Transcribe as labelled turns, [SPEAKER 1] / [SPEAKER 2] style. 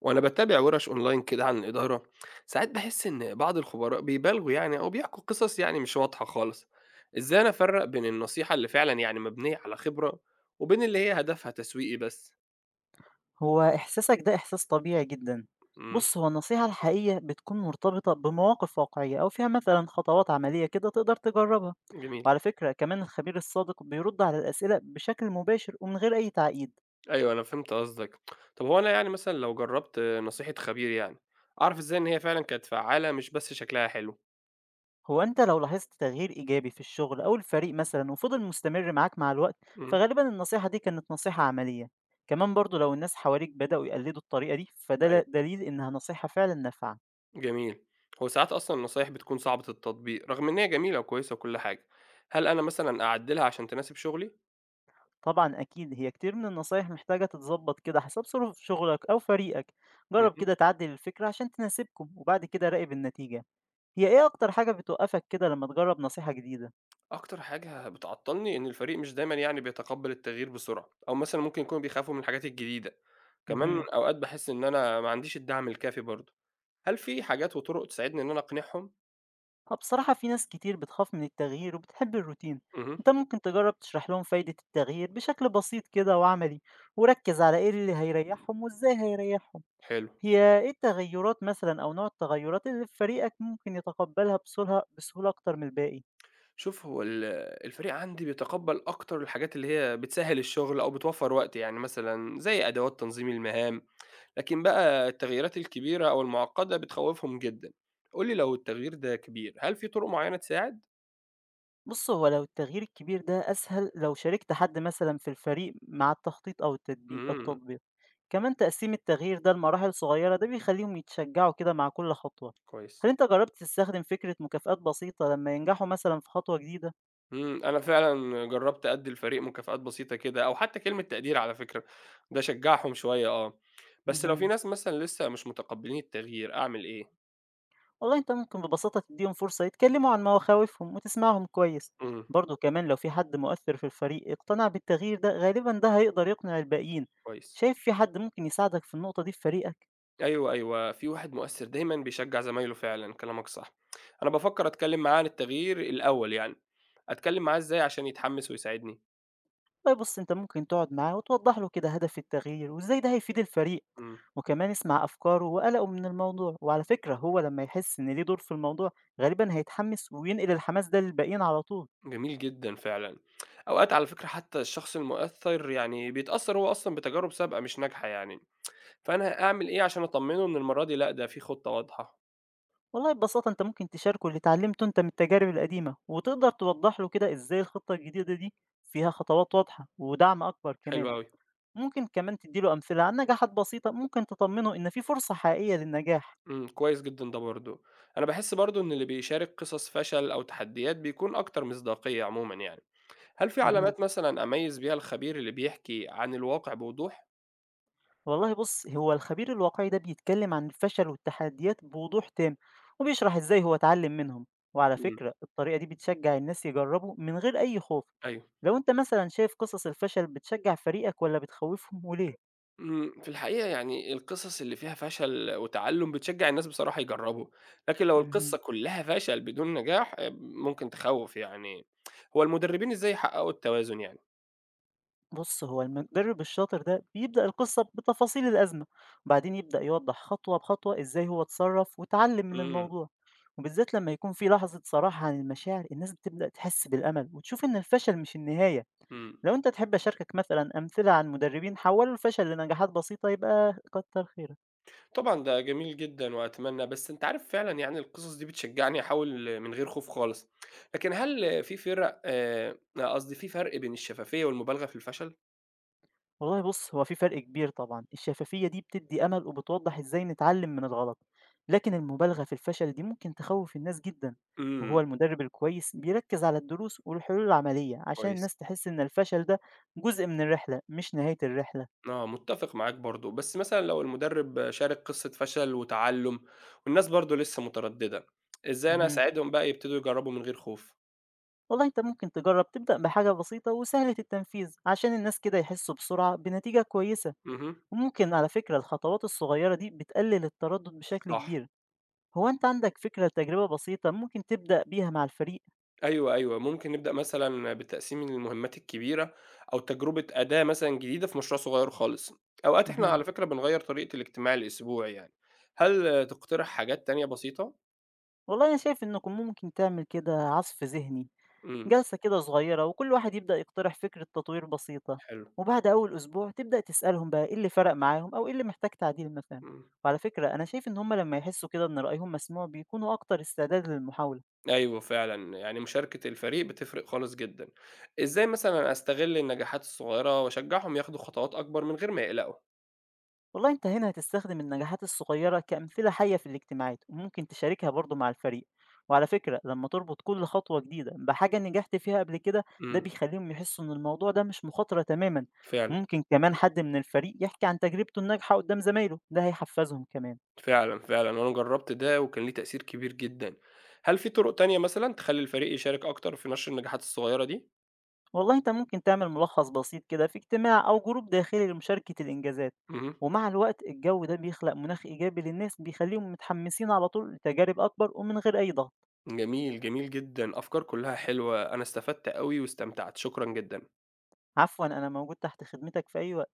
[SPEAKER 1] وأنا باتابع وِرَش أونلاين كده عن الإدارة، ساعات باحس إن بعض الخبراء بيبالغوا يعني أو بيحكوا قصص يعني مش واضحة خالص، إزاي أنا أفرّق بين النصيحة اللي فعلًا يعني مبنية على خبرة، وبين اللي هي هدفها تسويقي بس؟
[SPEAKER 2] هو إحساسك ده إحساس طبيعي جدًا.
[SPEAKER 1] إمم،
[SPEAKER 2] بُص، هو النصيحة الحقيقية بتكون مرتبطة بمواقف واقعية أو فيها مثلًا خطوات عملية كده تقدر تجرّبها.
[SPEAKER 1] جميل،
[SPEAKER 2] وعلى فكرة كمان الخبير الصادق بيرُد على الأسئلة بشكل مباشر ومن غير أي تعقيد.
[SPEAKER 1] أيوه أنا فهمت قصدك. طب هو أنا يعني مثلًا لو جرّبت نصيحة خبير يعني، أعرف إزاي إن هي فعلًا كانت فعّالة مش بس شكلها حلو؟
[SPEAKER 2] هو أنت لو لاحظت تغيير إيجابي في الشغل أو الفريق مثلًا وفضل مستمر معاك مع الوقت،
[SPEAKER 1] إمم،
[SPEAKER 2] فغالبًا النصيحة دي كانت نصيحة عملية. كمان برضه لو الناس حواليك بدأوا يقلّدوا الطريقة دي، فده
[SPEAKER 1] أيوه،
[SPEAKER 2] دليل إنها نصيحة فعلًا نافعة.
[SPEAKER 1] جميل. هو ساعات أصلًا النصايح بتكون صعبة التطبيق رغم إن هي جميلة وكويسة وكل حاجة، هل أنا مثلًا أعدّلها عشان تناسب شغلي؟
[SPEAKER 2] طبعًا أكيد، هي كتير من النصايح محتاجة تتضبط كده حسب ظروف شغلك أو فريقك، جرّب
[SPEAKER 1] اهم.
[SPEAKER 2] كده تعدل الفكرة عشان تناسبكم، وبعد كده راقب النتيجة. هي إيه أكتر حاجة بتوقفك كده لمّا تجرّب نصيحة جديدة؟
[SPEAKER 1] أكتر حاجة بتعطّلني إن الفريق مش دايمًا يعني بيتقبّل التغيير بسرعة، أو مثلًا ممكن يكونوا بيخافوا من الحاجات الجديدة، كمان
[SPEAKER 2] اهم.
[SPEAKER 1] أوقات باحس إن أنا ما عنديش الدعم الكافي برضه. هل في حاجات وطُرق تساعدني إن أنا أقنعهم؟
[SPEAKER 2] آه بصراحة في ناس كتير بتخاف من التغيير وبتحب الروتين،
[SPEAKER 1] اهم،
[SPEAKER 2] أنت ممكن تجرّب تشرح لهم فايدة التغيير بشكل بسيط كده وعملي، وركز على إيه اللي هيريحهم وإزاي هيريحهم.
[SPEAKER 1] حلو.
[SPEAKER 2] هي إيه التغيرات مثلًا أو نوع التغيرات اللي في فريقك ممكن يتقبلها بسهولة أكتر من الباقي؟
[SPEAKER 1] شوف هو ال الفريق عندي بيتقبّل أكتر الحاجات اللي هي بتسهّل الشغل أو بتوفّر وقت، يعني مثلًا زي أدوات تنظيم المهام، لكن بقى التغييرات الكبيرة أو المُعقّدة بتخوّفهم جدًا. قُل لي لو التغيير ده كبير، هل في طُرق معيّنة تساعد؟
[SPEAKER 2] بُص، هو لو التغيير الكبير ده أسهل لو شاركت حد مثلًا في الفريق مع التخطيط أو التطبيق
[SPEAKER 1] إمم،
[SPEAKER 2] التطبيق، كمان تقسيم التغيير ده لمراحل صغيرة ده بيخليهم يتشجعوا كده مع كل خطوة.
[SPEAKER 1] كويس.
[SPEAKER 2] هل أنت جربت تستخدم فكرة مكافآت بسيطة لما ينجحوا مثلًا في خطوة جديدة؟
[SPEAKER 1] أنا فعلًا جرّبت أدّي الفريق مكافآت بسيطة كده، أو حتى كلمة تقدير على فكرة، ده شجّعهم شوية آه، بس لو في
[SPEAKER 2] اهم.
[SPEAKER 1] ناس مثلًا لسه مش متقبلين التغيير أعمل إيه؟
[SPEAKER 2] والله أنت ممكن ببساطة تديهم فرصة يتكلموا عن مخاوفهم وتسمعهم كويس،
[SPEAKER 1] إمم،
[SPEAKER 2] برضه كمان لو في حد مؤثر في الفريق اقتنع بالتغيير ده غالبًا ده هيقدر يقنع الباقيين.
[SPEAKER 1] كويس،
[SPEAKER 2] شايف في حد ممكن يساعدك في النقطة دي في فريقك؟
[SPEAKER 1] أيوه، أيوه، في واحد مؤثر دايمًا بيشجّع زمايله فعلًا، كلامك صح، أنا بافكر أتكلم معاه عن التغيير الأول يعني، أتكلم معاه إزاي عشان يتحمس ويساعدني؟
[SPEAKER 2] والله بُص، أنت ممكن تقعد معاه وتوضّح له كده هدف التغيير وإزاي ده هيفيد الفريق،
[SPEAKER 1] إمم،
[SPEAKER 2] وكمان اسمع أفكاره وقلقه من الموضوع، وعلى فكرة هو لمّا يحس إن ليه دور في الموضوع غالبًا هيتحمس وينقل الحماس ده للباقيين على طول.
[SPEAKER 1] جميل جدًا فعلًا، أوقات على فكرة حتى الشخص المؤثر يعني بيتأثر هو أصلًا بتجارب سابقة مش ناجحة يعني. فأنا أعمل إيه عشان أطمّنه إن المرّة دي لأ، ده في خطة واضحة،
[SPEAKER 2] والله ببساطة أنت ممكن تشاركه اللي اتعلمته أنت من التجارب القديمة، وتقدر توضّح له كده إزاي الخطة الجديدة دي فيها خطوات واضحة ودعم أكبر
[SPEAKER 1] حلو
[SPEAKER 2] كمان.
[SPEAKER 1] أوي،
[SPEAKER 2] ممكن كمان تدّي له أمثلة عن نجاحات بسيطة ممكن تطمنه إن في فرصة حقيقية للنجاح.
[SPEAKER 1] كويس جدًا ده برضه. أنا باحس برضه إن اللي بيشارك قصص فشل أو تحديات بيكون أكتر مصداقية عمومًا يعني. هل في
[SPEAKER 2] اهم.
[SPEAKER 1] علامات مثلًا أميّز بيها الخبير اللي بيحكي عن الواقع بوضوح؟
[SPEAKER 2] والله بص هو الخبير الواقعي ده بيتكلم عن الفشل والتحديات بوضوح تام، وبيشرح ازاي هو اتعلم منهم. وعلى
[SPEAKER 1] إمم،
[SPEAKER 2] فكرة الطريقة دي بتشجع الناس يجربوا من غير أي خوف.
[SPEAKER 1] أيوه.
[SPEAKER 2] لو انت مثلا شايف قصص الفشل بتشجع فريقك ولا بتخوفهم وليه؟
[SPEAKER 1] في الحقيقة يعني القصص اللي فيها فشل وتعلُّم بتشجّع الناس بصراحة يجرّبوا، لكن لو
[SPEAKER 2] مهم.
[SPEAKER 1] القصة كلّها فشل بدون نجاح ممكن تخوّف يعني. هو المدربين إزاي يحققوا التوازن يعني؟
[SPEAKER 2] بص هو المدرب الشاطر ده بيبدأ القصة بتفاصيل الأزمة، وبعدين يبدأ يوضح خطوة بخطوة إزاي هو اتصرف وتعلم من
[SPEAKER 1] إمم،
[SPEAKER 2] الموضوع. وبالذات لما يكون في لحظة صراحة عن المشاعر، الناس بتبدأ تحس بالأمل وتشوف إن الفشل مش النهاية.
[SPEAKER 1] إمم.
[SPEAKER 2] لو أنت تحب أشاركك مثلًا أمثلة عن مدربين حوّلوا الفشل لنجاحات بسيطة يبقى كتّر خيرك.
[SPEAKER 1] طبعًا ده جميل جدًا وأتمنى، بس أنت عارف فعلًا يعني القصص دي بتشجّعني أحاول من غير خوف خالص، لكن هل في فرق قصدي في فرق بين الشفافية والمبالغة في الفشل؟
[SPEAKER 2] والله بُص، هو في فرق كبير طبعًا، الشفافية دي بتدّي أمل وبتوضّح إزاي نتعلم من الغلط، لكن المبالغة في الفشل دي ممكن تخوّف الناس جدًا، وهو
[SPEAKER 1] إمم،
[SPEAKER 2] المدرب الكويس بيركّز على الدروس والحلول العملية عشان
[SPEAKER 1] كويس،
[SPEAKER 2] الناس تحس إن الفشل ده جزء من الرحلة مش نهاية الرحلة.
[SPEAKER 1] آه، متّفق معاك برضه، بس مثلًا لو المدرب شارك قصة فشل وتعلُّم والناس برضه لسه مترددة، إزاي أنا
[SPEAKER 2] اهم.
[SPEAKER 1] أساعدهم بقى يبتدوا يجرّبوا من غير خوف؟
[SPEAKER 2] والله أنت ممكن تجرّب تبدأ بحاجة بسيطة وسهلة التنفيذ عشان الناس كده يحسّوا بسرعة بنتيجة كويسة.
[SPEAKER 1] اهم،
[SPEAKER 2] ممكن على فكرة الخطوات الصغيرة دي بتقلل التردد بشكل
[SPEAKER 1] صح.
[SPEAKER 2] كبير. هو أنت عندك فكرة تجربة بسيطة ممكن تبدأ بيها مع الفريق؟
[SPEAKER 1] أيوه، أيوه، ممكن نبدأ مثلًا بتقسيم المهمات الكبيرة، أو تجربة أداة مثلًا جديدة في مشروع صغير خالص. أوقات إحنا
[SPEAKER 2] مهم.
[SPEAKER 1] على فكرة بنغيّر طريقة الاجتماع الأسبوعي يعني. هل تقترح حاجات تانية بسيطة؟
[SPEAKER 2] والله أنا شايف إنكم ممكن تعمل كده عصف ذهني،
[SPEAKER 1] إمم،
[SPEAKER 2] جلسة كده صغيرة وكل واحد يبدأ يقترح فكرة تطوير بسيطة،
[SPEAKER 1] حلو،
[SPEAKER 2] وبعد أول أسبوع تبدأ تسألهم بقى إيه اللي فرق معاهم أو إيه اللي محتاج تعديل مثلا.
[SPEAKER 1] إمم،
[SPEAKER 2] وعلى فكرة أنا شايف إن هما لما يحسوا كده إن رأيهم مسموع بيكونوا أكتر استعداد للمحاولة.
[SPEAKER 1] أيوه فعلًا، يعني مشاركة الفريق بتفرق خالص جدًا. إزاي مثلًا أستغل النجاحات الصغيرة وأشجعهم ياخدوا خطوات أكبر من غير ما يقلقوا؟
[SPEAKER 2] والله أنت هنا هتستخدم النجاحات الصغيرة كأمثلة حية في الاجتماعات وممكن تشاركها برضه مع الفريق. وعلى فكرة لما تربط كل خطوة جديدة بحاجة نجحت فيها قبل كده، ده
[SPEAKER 1] إمم،
[SPEAKER 2] بيخليهم يحسوا إن الموضوع ده مش مخاطرة تماما.
[SPEAKER 1] فعلًا.
[SPEAKER 2] ممكن كمان حد من الفريق يحكي عن تجربته الناجحة قدام زمايله، ده هيحفزهم كمان.
[SPEAKER 1] فعلًا، فعلًا، وأنا جرّبت ده وكان ليه تأثير كبير جدًا. هل في طرق تانية مثلًا تخلّي الفريق يشارك أكتر في نشر النجاحات الصغيرة دي؟
[SPEAKER 2] والله أنت ممكن تعمل ملخص بسيط كده في اجتماع أو جروب داخلي لمشاركة الإنجازات،
[SPEAKER 1] اهم،
[SPEAKER 2] ومع الوقت الجو ده بيخلق مناخ إيجابي للناس بيخليهم متحمسين على طول لتجارب أكبر ومن غير أي ضغط.
[SPEAKER 1] جميل، جميل جدًا، أفكار كلّها حلوة، أنا استفدت أوي واستمتعت، شكرًا جدًا.
[SPEAKER 2] عفوا، أنا موجود تحت خدمتك في أي